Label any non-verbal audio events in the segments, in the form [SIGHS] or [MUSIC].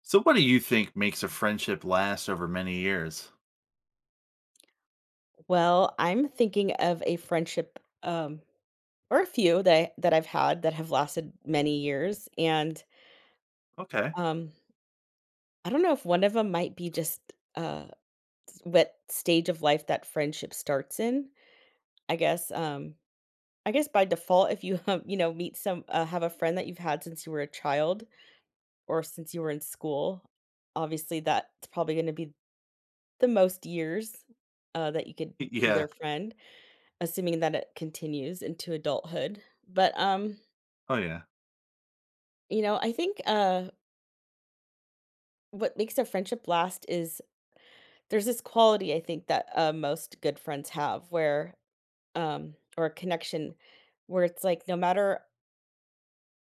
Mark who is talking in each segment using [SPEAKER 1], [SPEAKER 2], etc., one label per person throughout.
[SPEAKER 1] So, what do you think makes a friendship last over many years?
[SPEAKER 2] Well, I'm thinking of a friendship, or a few that that I've had that have lasted many years, and
[SPEAKER 1] Okay.
[SPEAKER 2] um, I don't know if one of them might be just uh, what stage of life that friendship starts in. I guess, um, I guess by default, if you [LAUGHS] meet some have a friend that you've had since you were a child or since you were in school, obviously that's probably going to be the most years that you could be their
[SPEAKER 1] Yeah.
[SPEAKER 2] friend. Assuming that it continues into adulthood. But,
[SPEAKER 1] Oh, yeah.
[SPEAKER 2] I think, what makes a friendship last is there's this quality I think that, most good friends have where, or a connection where it's like no matter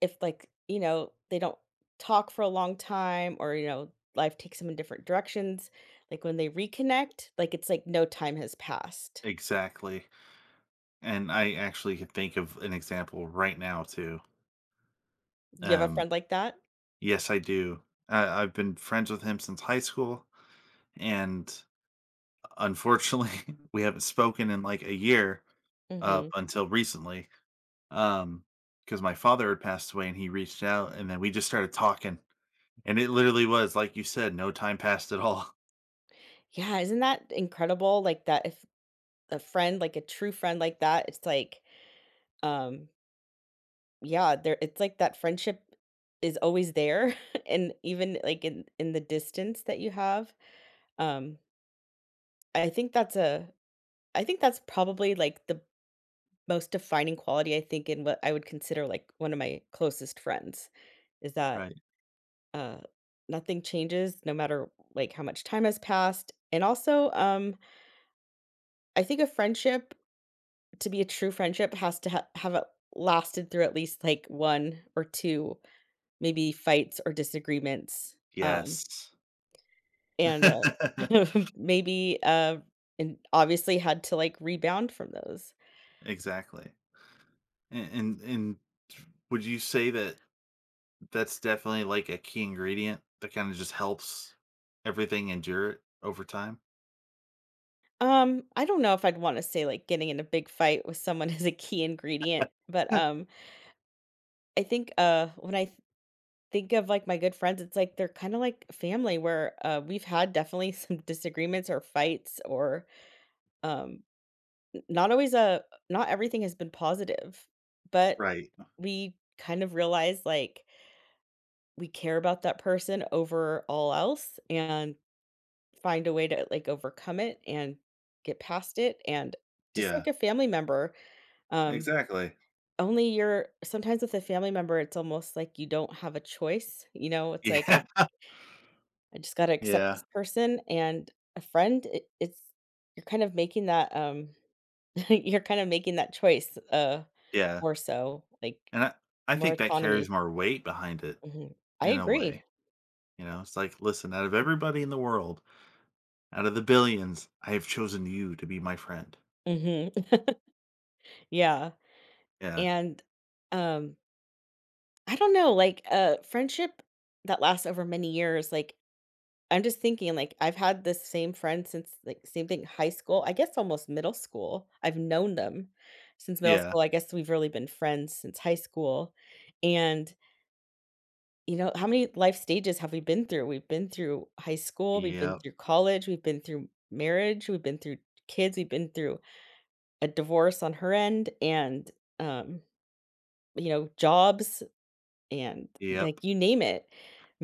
[SPEAKER 2] if they don't talk for a long time or, life takes them in different directions, like when they reconnect, like it's like no time has passed.
[SPEAKER 1] Exactly. And I actually can think of an example right now, too.
[SPEAKER 2] You have a
[SPEAKER 1] Um,
[SPEAKER 2] friend like that?
[SPEAKER 1] yes, I do. I've been friends with him since high school. And unfortunately, [LAUGHS] we haven't spoken in like a year up
[SPEAKER 2] Mhm.
[SPEAKER 1] until recently. Um, because my father had passed away and he reached out and then we just started talking. And it literally was, like you said, no time passed at all. [LAUGHS]
[SPEAKER 2] Yeah, isn't that incredible? Like that if a friend, like a true friend like that, it's like, um, yeah, there it's like that friendship is always there [LAUGHS] and even like in the distance that you have. Um, I think that's a I think that's probably like the most defining quality I think in what I would consider like one of my closest friends is that
[SPEAKER 1] Right.
[SPEAKER 2] uh nothing changes no matter like how much time has passed. And also, I think a friendship to be a true friendship has to ha have it lasted through at least, like, 1 or 2, maybe fights or disagreements,
[SPEAKER 1] Yes.
[SPEAKER 2] and,
[SPEAKER 1] [LAUGHS]
[SPEAKER 2] [LAUGHS] maybe, and obviously had to, like, rebound from those.
[SPEAKER 1] Exactly. And would you say that that's definitely, like, a key ingredient that kinda just helps everything endure it over time?
[SPEAKER 2] I don't know if I'd wanna say, like, getting in a big fight with someone [LAUGHS] is a key ingredient, but,
[SPEAKER 1] [LAUGHS]
[SPEAKER 2] I think, when I think of, like, my good friends, it's like they're kinda like family where, we've had definitely [LAUGHS] some disagreements or fights or, um not always a not everything has been positive, but
[SPEAKER 1] Right.
[SPEAKER 2] we kind of realize like we care about that person over all else and find a way to like overcome it and get past it and just
[SPEAKER 1] Yeah.
[SPEAKER 2] like a family member um
[SPEAKER 1] Exactly.
[SPEAKER 2] only you're sometimes with a family member it's almost like you don't have a choice, it's like i
[SPEAKER 1] Yeah. [LAUGHS]
[SPEAKER 2] i just got to accept
[SPEAKER 1] Yeah.
[SPEAKER 2] this person. And a friend it's you're kind of making that [LAUGHS] you're kind of making that choice,
[SPEAKER 1] Yeah.
[SPEAKER 2] more so, like,
[SPEAKER 1] And I
[SPEAKER 2] more
[SPEAKER 1] think that carries
[SPEAKER 2] autonomy.
[SPEAKER 1] more weight behind it
[SPEAKER 2] Mhm. I
[SPEAKER 1] in a
[SPEAKER 2] agree.
[SPEAKER 1] way, you know? It's like, "Listen, out of everybody in the world, out of the billions, I have chosen you to be my friend."
[SPEAKER 2] Mhm. [LAUGHS] Yeah,
[SPEAKER 1] Yeah.
[SPEAKER 2] and, um, I don't know, like, friendship that lasts over many years, like, I'm just thinking, like, I've had this same friend since, like, same thing, high school, I guess almost middle school. I've known them since middle
[SPEAKER 1] Yeah.
[SPEAKER 2] school, I guess we've really been friends since high school, and you know, how many life stages have we been through? We've been through high school, we've been
[SPEAKER 1] Yep.
[SPEAKER 2] through college, we've been through marriage, we've been through kids, we've been through a divorce on her end and, um, you know, jobs and,
[SPEAKER 1] Yep.
[SPEAKER 2] like, you name it.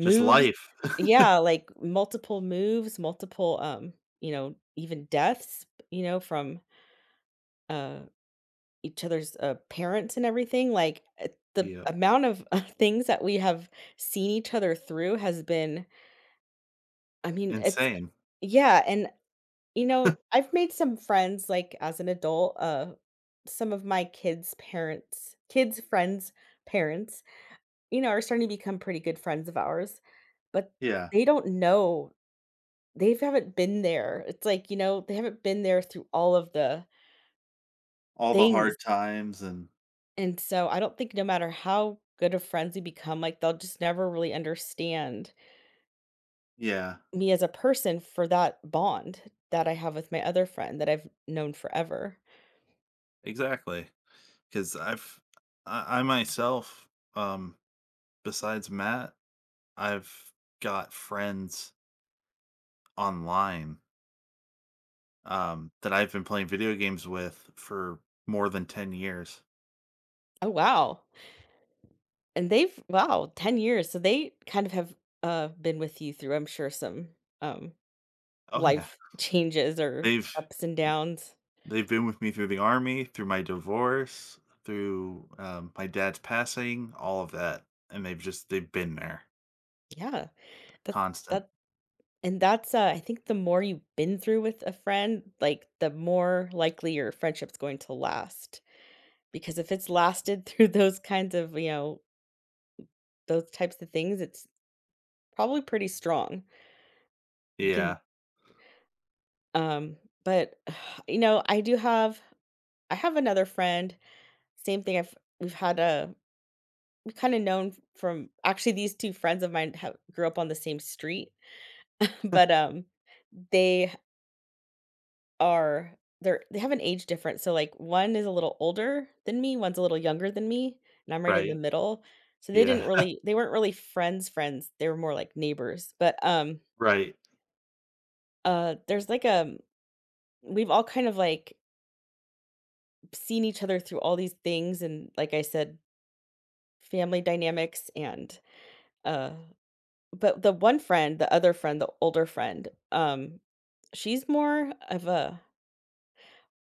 [SPEAKER 1] Just life. [LAUGHS]
[SPEAKER 2] Yeah, like, multiple moves, multiple, you know, even deaths, you know, from, uh, each other's, parents and everything, like, eh, the
[SPEAKER 1] Yep.
[SPEAKER 2] amount of [LAUGHS] things that we have seen each other through has been I mean, it's
[SPEAKER 1] Insane.
[SPEAKER 2] yeah, and, you know, I've made some friends, like, as an adult, some of my kids' parents kids' friends' parents, you know, are starting to become pretty good friends of ours, but
[SPEAKER 1] Yeah,
[SPEAKER 2] they don't know they haven't been there. It's like, you know, they haven't been there through all of the
[SPEAKER 1] all the
[SPEAKER 2] things,
[SPEAKER 1] hard times and
[SPEAKER 2] and so I don't think no matter how good of friends we become, like, they'll just never really understand
[SPEAKER 1] yeah.
[SPEAKER 2] me as a person for that bond that I have with my other friend that I've known forever.
[SPEAKER 1] Exactly. Because 'cause I've I myself, um, besides Matt, I've got friends online, that I've been playing video games with for more than 10 years.
[SPEAKER 2] Oh, wow. And they've wow, 10 years, so they kind of have, been with you through, I'm sure, some, um
[SPEAKER 1] Oh, yeah.
[SPEAKER 2] life changes or
[SPEAKER 1] They've
[SPEAKER 2] ups and downs.
[SPEAKER 1] they've been with me through the army, through my divorce, through, my dad's passing, all of that, and they've just they've been there
[SPEAKER 2] Yeah, that's
[SPEAKER 1] constant.
[SPEAKER 2] that and that's, I think the more you've been through with a friend, like, the more likely your friendship's going to last, because if it's lasted [LAUGHS] through those kinds of, you know, those types of things, it's probably pretty strong. You can
[SPEAKER 1] Yeah,
[SPEAKER 2] um, but, [SIGHS] you know, I do have I have another friend, same thing I've we've had a we kinda known from actually, these 2 friends of mine have grew up on the same street. But they are they have an age difference so like one is a little older than me, one's a little younger than me and I'm right in the
[SPEAKER 1] right?
[SPEAKER 2] middle, so they didn't
[SPEAKER 1] Yeah,
[SPEAKER 2] really they weren't really friends, they were more like neighbors but
[SPEAKER 1] [LAUGHS] right.
[SPEAKER 2] there's like a we've all kind of like seen each other through all these things and like I said, family dynamics and uh but the one friend the other friend the older friend, she's more of a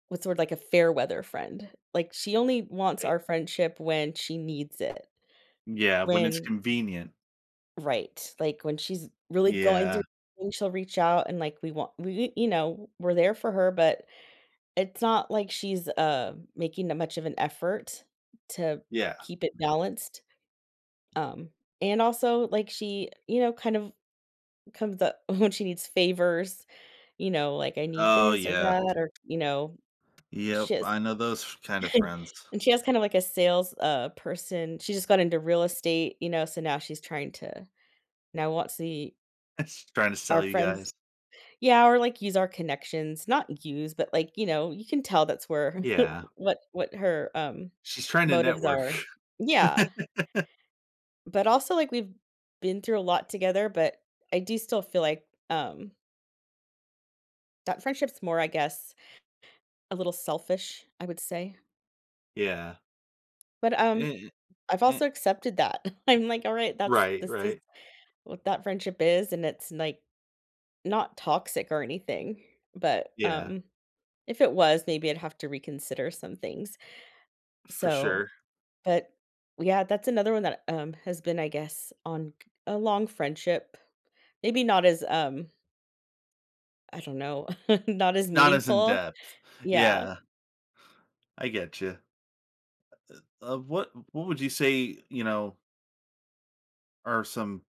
[SPEAKER 2] what's the word? Like a fair weather friend. Like, she only wants our friendship when she needs it.
[SPEAKER 1] Yeah, when it's
[SPEAKER 2] When
[SPEAKER 1] convenient.
[SPEAKER 2] right, like, when she's really going
[SPEAKER 1] Yeah,
[SPEAKER 2] through things, she'll reach out and, like, we want we you know, we're there for her, but it's not like she's, making that much of an effort to
[SPEAKER 1] yeah.
[SPEAKER 2] keep it balanced. Um, and also, like, she, you know, kind of comes up [LAUGHS] when she needs favors, you know, like, "I need
[SPEAKER 1] Oh,
[SPEAKER 2] this or
[SPEAKER 1] yeah.
[SPEAKER 2] that," or, you know,
[SPEAKER 1] Yep,
[SPEAKER 2] she
[SPEAKER 1] I know those kind of
[SPEAKER 2] [LAUGHS]
[SPEAKER 1] friends.
[SPEAKER 2] and she has kind of like a sales, person she just got into real estate, you know, so now she's trying to now wants the
[SPEAKER 1] [LAUGHS] She's trying to
[SPEAKER 2] our
[SPEAKER 1] sell you
[SPEAKER 2] friends
[SPEAKER 1] guys.
[SPEAKER 2] yeah, or like use our connections, not use, but like, you know, you can tell that's where
[SPEAKER 1] Yeah.
[SPEAKER 2] [LAUGHS] what her,
[SPEAKER 1] She's trying to
[SPEAKER 2] motives
[SPEAKER 1] network.
[SPEAKER 2] are.
[SPEAKER 1] [LAUGHS]
[SPEAKER 2] Yeah, but also, like, we've been through a lot together, but I do still feel like, that friendship's more, I guess, a little selfish, I would say,
[SPEAKER 1] Yeah.
[SPEAKER 2] but,
[SPEAKER 1] Eh, eh,
[SPEAKER 2] I've
[SPEAKER 1] eh.
[SPEAKER 2] also accepted that. [LAUGHS] I'm like, "Alright, that's
[SPEAKER 1] Right,
[SPEAKER 2] this is"
[SPEAKER 1] right.
[SPEAKER 2] what that friendship is and it's like not toxic or anything but
[SPEAKER 1] Yeah,
[SPEAKER 2] if it was maybe I'd have to reconsider some things
[SPEAKER 1] for
[SPEAKER 2] so
[SPEAKER 1] sure.
[SPEAKER 2] but yeah, that's another one that has been I guess on a long friendship, maybe not as I don't know [LAUGHS] not as
[SPEAKER 1] It's not as in
[SPEAKER 2] meaningful.
[SPEAKER 1] depth.
[SPEAKER 2] Yeah,
[SPEAKER 1] Yeah, I get you. What would you say, you know, are some,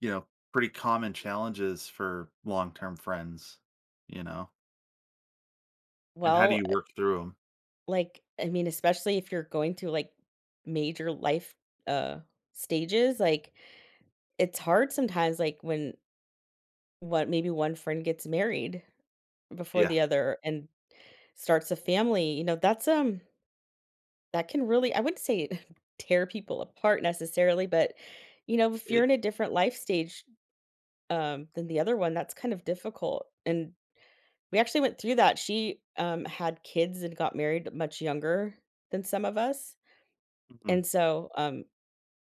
[SPEAKER 1] you know, pretty common challenges for long-term friends, you know? And how do
[SPEAKER 2] well,
[SPEAKER 1] you work through them?
[SPEAKER 2] like I mean, especially if you're going through like major life uh stages, like it's hard sometimes like when what maybe one friend gets married before
[SPEAKER 1] Yeah.
[SPEAKER 2] the other and starts a family, you know, that's, that can really I wouldn't say it [LAUGHS] tear people apart necessarily, but, you know, if you're
[SPEAKER 1] It
[SPEAKER 2] in a different life stage, than the other one, that's kind of difficult, and we actually went through that. She, had kids and got married much younger than some of us,
[SPEAKER 1] mhm.
[SPEAKER 2] and so,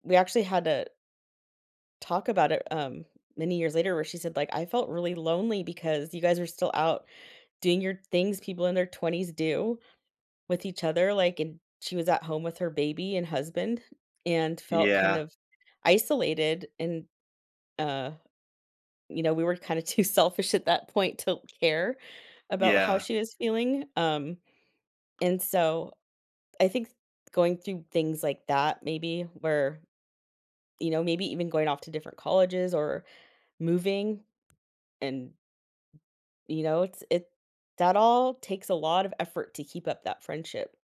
[SPEAKER 2] we actually had to talk about it, many years later where she said, like, "I felt really lonely because you guys were still out doing your things people in their 20s do." With each other, like, and she was at home with her baby and husband and felt kind
[SPEAKER 1] Yeah.
[SPEAKER 2] of isolated and, uh, you know, we were kinda too [LAUGHS] selfish at that point to care about how
[SPEAKER 1] Yeah.
[SPEAKER 2] she was feeling, and so I think going through things like that maybe where, you know, maybe even going off to different colleges or moving and you know, it's it that all takes a lot of effort to keep up that friendship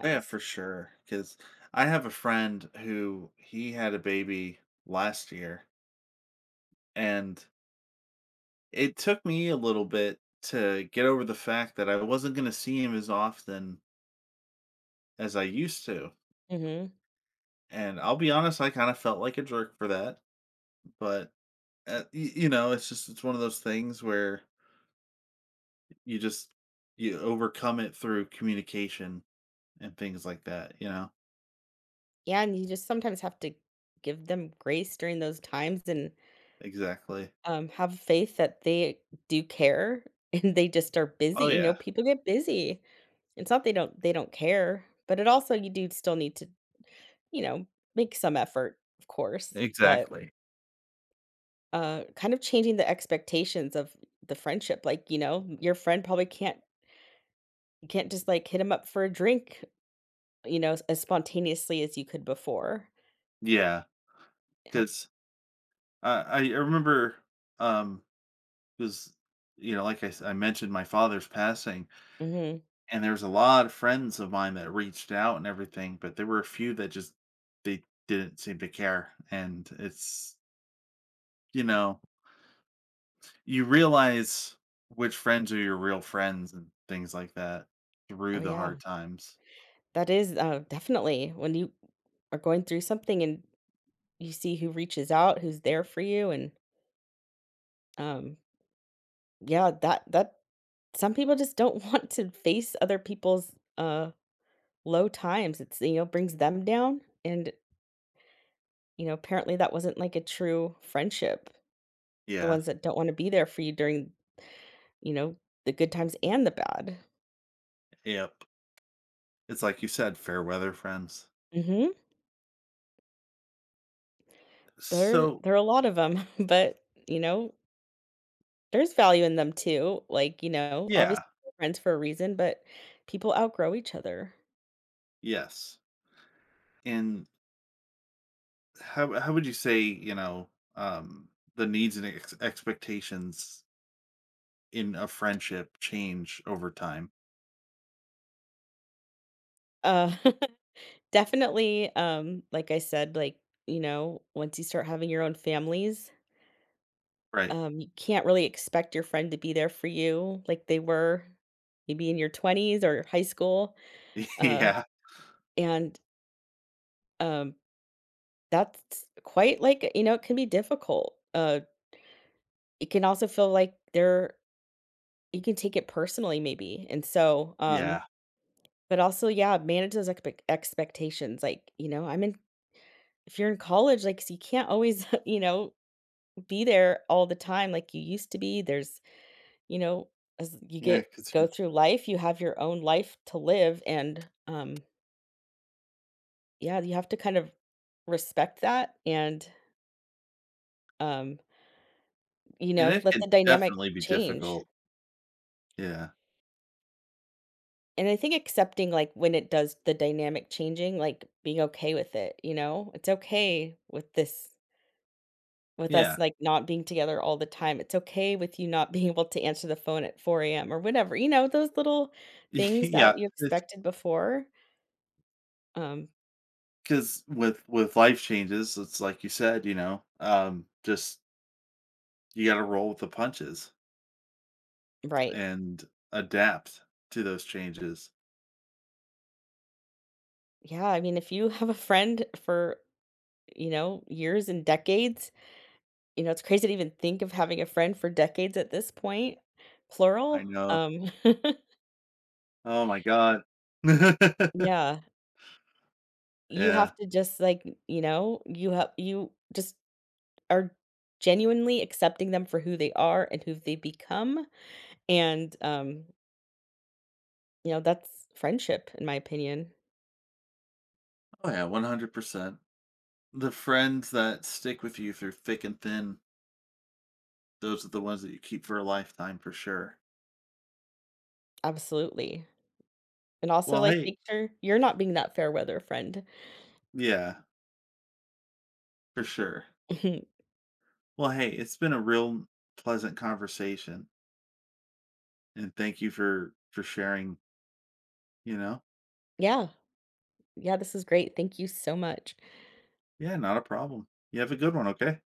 [SPEAKER 1] Yeah, for sure. Because I have a friend who he had a baby last year, and it took me a little bit to get over the fact that I wasn't gonna see him as often as I used to,
[SPEAKER 2] Mhm.
[SPEAKER 1] and I'll be honest, I kinda felt like a jerk for that, but, y you know, it's just it's one of those things where you just you overcome it through communication and things like that, you know?
[SPEAKER 2] Yeah, and you just sometimes have to give them grace during those times and,
[SPEAKER 1] Exactly.
[SPEAKER 2] have faith that they do care [LAUGHS] and they just are busy,
[SPEAKER 1] Oh,
[SPEAKER 2] you
[SPEAKER 1] yeah.
[SPEAKER 2] know, people get busy. It's not they don't they don't care, but it also you do still need to, you know, make some effort, of course, but
[SPEAKER 1] Exactly.
[SPEAKER 2] Kind of changing the expectations of the friendship, like, you know, your friend probably can't you can't just, like, hit him up for a drink, you know, as spontaneously as you could before.
[SPEAKER 1] Yeah, because. I remember, um, because, you know, like I mentioned my father's passing,
[SPEAKER 2] Mhm.
[SPEAKER 1] and there's a lot of friends of mine that reached out and everything, but there were a few that just they didn't seem to care, and it's you know, you realize which friends are your real friends and things like that through
[SPEAKER 2] Oh,
[SPEAKER 1] the
[SPEAKER 2] yeah.
[SPEAKER 1] hard times.
[SPEAKER 2] That is, definitely when you are going through something and you see who reaches out, who's there for you, and, um, yeah, that some people just don't [LAUGHS] want to face other people's, low times. It's, you know, brings them down, and, you know, apparently that wasn't, like, a true friendship. The
[SPEAKER 1] Yeah.
[SPEAKER 2] ones that don't wanna be there for you during, you know, the good times and the bad.
[SPEAKER 1] Yep. It's like you said, fair weather friends.
[SPEAKER 2] Mhm. There
[SPEAKER 1] So,
[SPEAKER 2] there are a lot of them, [LAUGHS] but, you know, there's value in them too. Like, you know,
[SPEAKER 1] yeah.
[SPEAKER 2] obviously we're friends for a reason, but people outgrow each other.
[SPEAKER 1] Yes. And how would you say, you know, um the needs and expectations in a friendship change over time?
[SPEAKER 2] Uh, [LAUGHS] definitely, like I said, like, you know, once you start having your own families,
[SPEAKER 1] Right.
[SPEAKER 2] you can't really expect your friend to be there for you like they were maybe in your 20s or high school,
[SPEAKER 1] [LAUGHS]
[SPEAKER 2] uh,
[SPEAKER 1] Yeah.
[SPEAKER 2] and, um that's quite like you know, it can be difficult. It can also feel like they're you can take it personally maybe, and so,
[SPEAKER 1] Yeah.
[SPEAKER 2] but also, yeah, manage those expectations, like, you know, I'm in if you're in college, like, so you can't always, [LAUGHS] you know, be there all the time like you used to be. There's you know, as you
[SPEAKER 1] Yeah,
[SPEAKER 2] get
[SPEAKER 1] 'cause
[SPEAKER 2] go through life, you have your own life to live, and, yeah, you have to kind of respect that and, um, you
[SPEAKER 1] and
[SPEAKER 2] know,
[SPEAKER 1] it
[SPEAKER 2] let
[SPEAKER 1] can
[SPEAKER 2] the dynamic
[SPEAKER 1] definitely be
[SPEAKER 2] change.
[SPEAKER 1] difficult. Yeah.
[SPEAKER 2] And I think accepting, like, when it does the dynamic changing, like, being okay with it, you know? It's okay with this with
[SPEAKER 1] Yeah.
[SPEAKER 2] us, like, not being together all the time. It's okay with you not [LAUGHS] being able to answer the phone at 4 AM or whatever, you know, those little
[SPEAKER 1] [LAUGHS]
[SPEAKER 2] things
[SPEAKER 1] Yeah.
[SPEAKER 2] that you expected before. Um,
[SPEAKER 1] Because with life changes, it's like you said, you know, just you got to roll with the punches
[SPEAKER 2] right.
[SPEAKER 1] and adapt to those changes.
[SPEAKER 2] Yeah, I mean, if you [LAUGHS] have a friend for, you know, years and decades, you know, it's crazy to even think of having a friend for decades at this point,
[SPEAKER 1] I
[SPEAKER 2] plural.
[SPEAKER 1] know. Oh my god.
[SPEAKER 2] [LAUGHS]
[SPEAKER 1] [LAUGHS]
[SPEAKER 2] Yeah. You have
[SPEAKER 1] Yeah.
[SPEAKER 2] to just, like, you know, you just are genuinely accepting them for who they are and who they become, and, you know, that's friendship, in my opinion.
[SPEAKER 1] Oh yeah, 100%. The friends that stick with you through thick and thin, those are the ones that you keep for a lifetime for sure.
[SPEAKER 2] Absolutely, and also,
[SPEAKER 1] Well,
[SPEAKER 2] like,
[SPEAKER 1] hey.
[SPEAKER 2] make sure you're not being that fair weather friend.
[SPEAKER 1] Yeah, for sure.
[SPEAKER 2] [LAUGHS]
[SPEAKER 1] Well, hey, it's been a real pleasant conversation, and thank you for sharing, you know?
[SPEAKER 2] Yeah. Yeah, this is great. Thank you so much.
[SPEAKER 1] Yeah, not a problem. You have a good one, okay?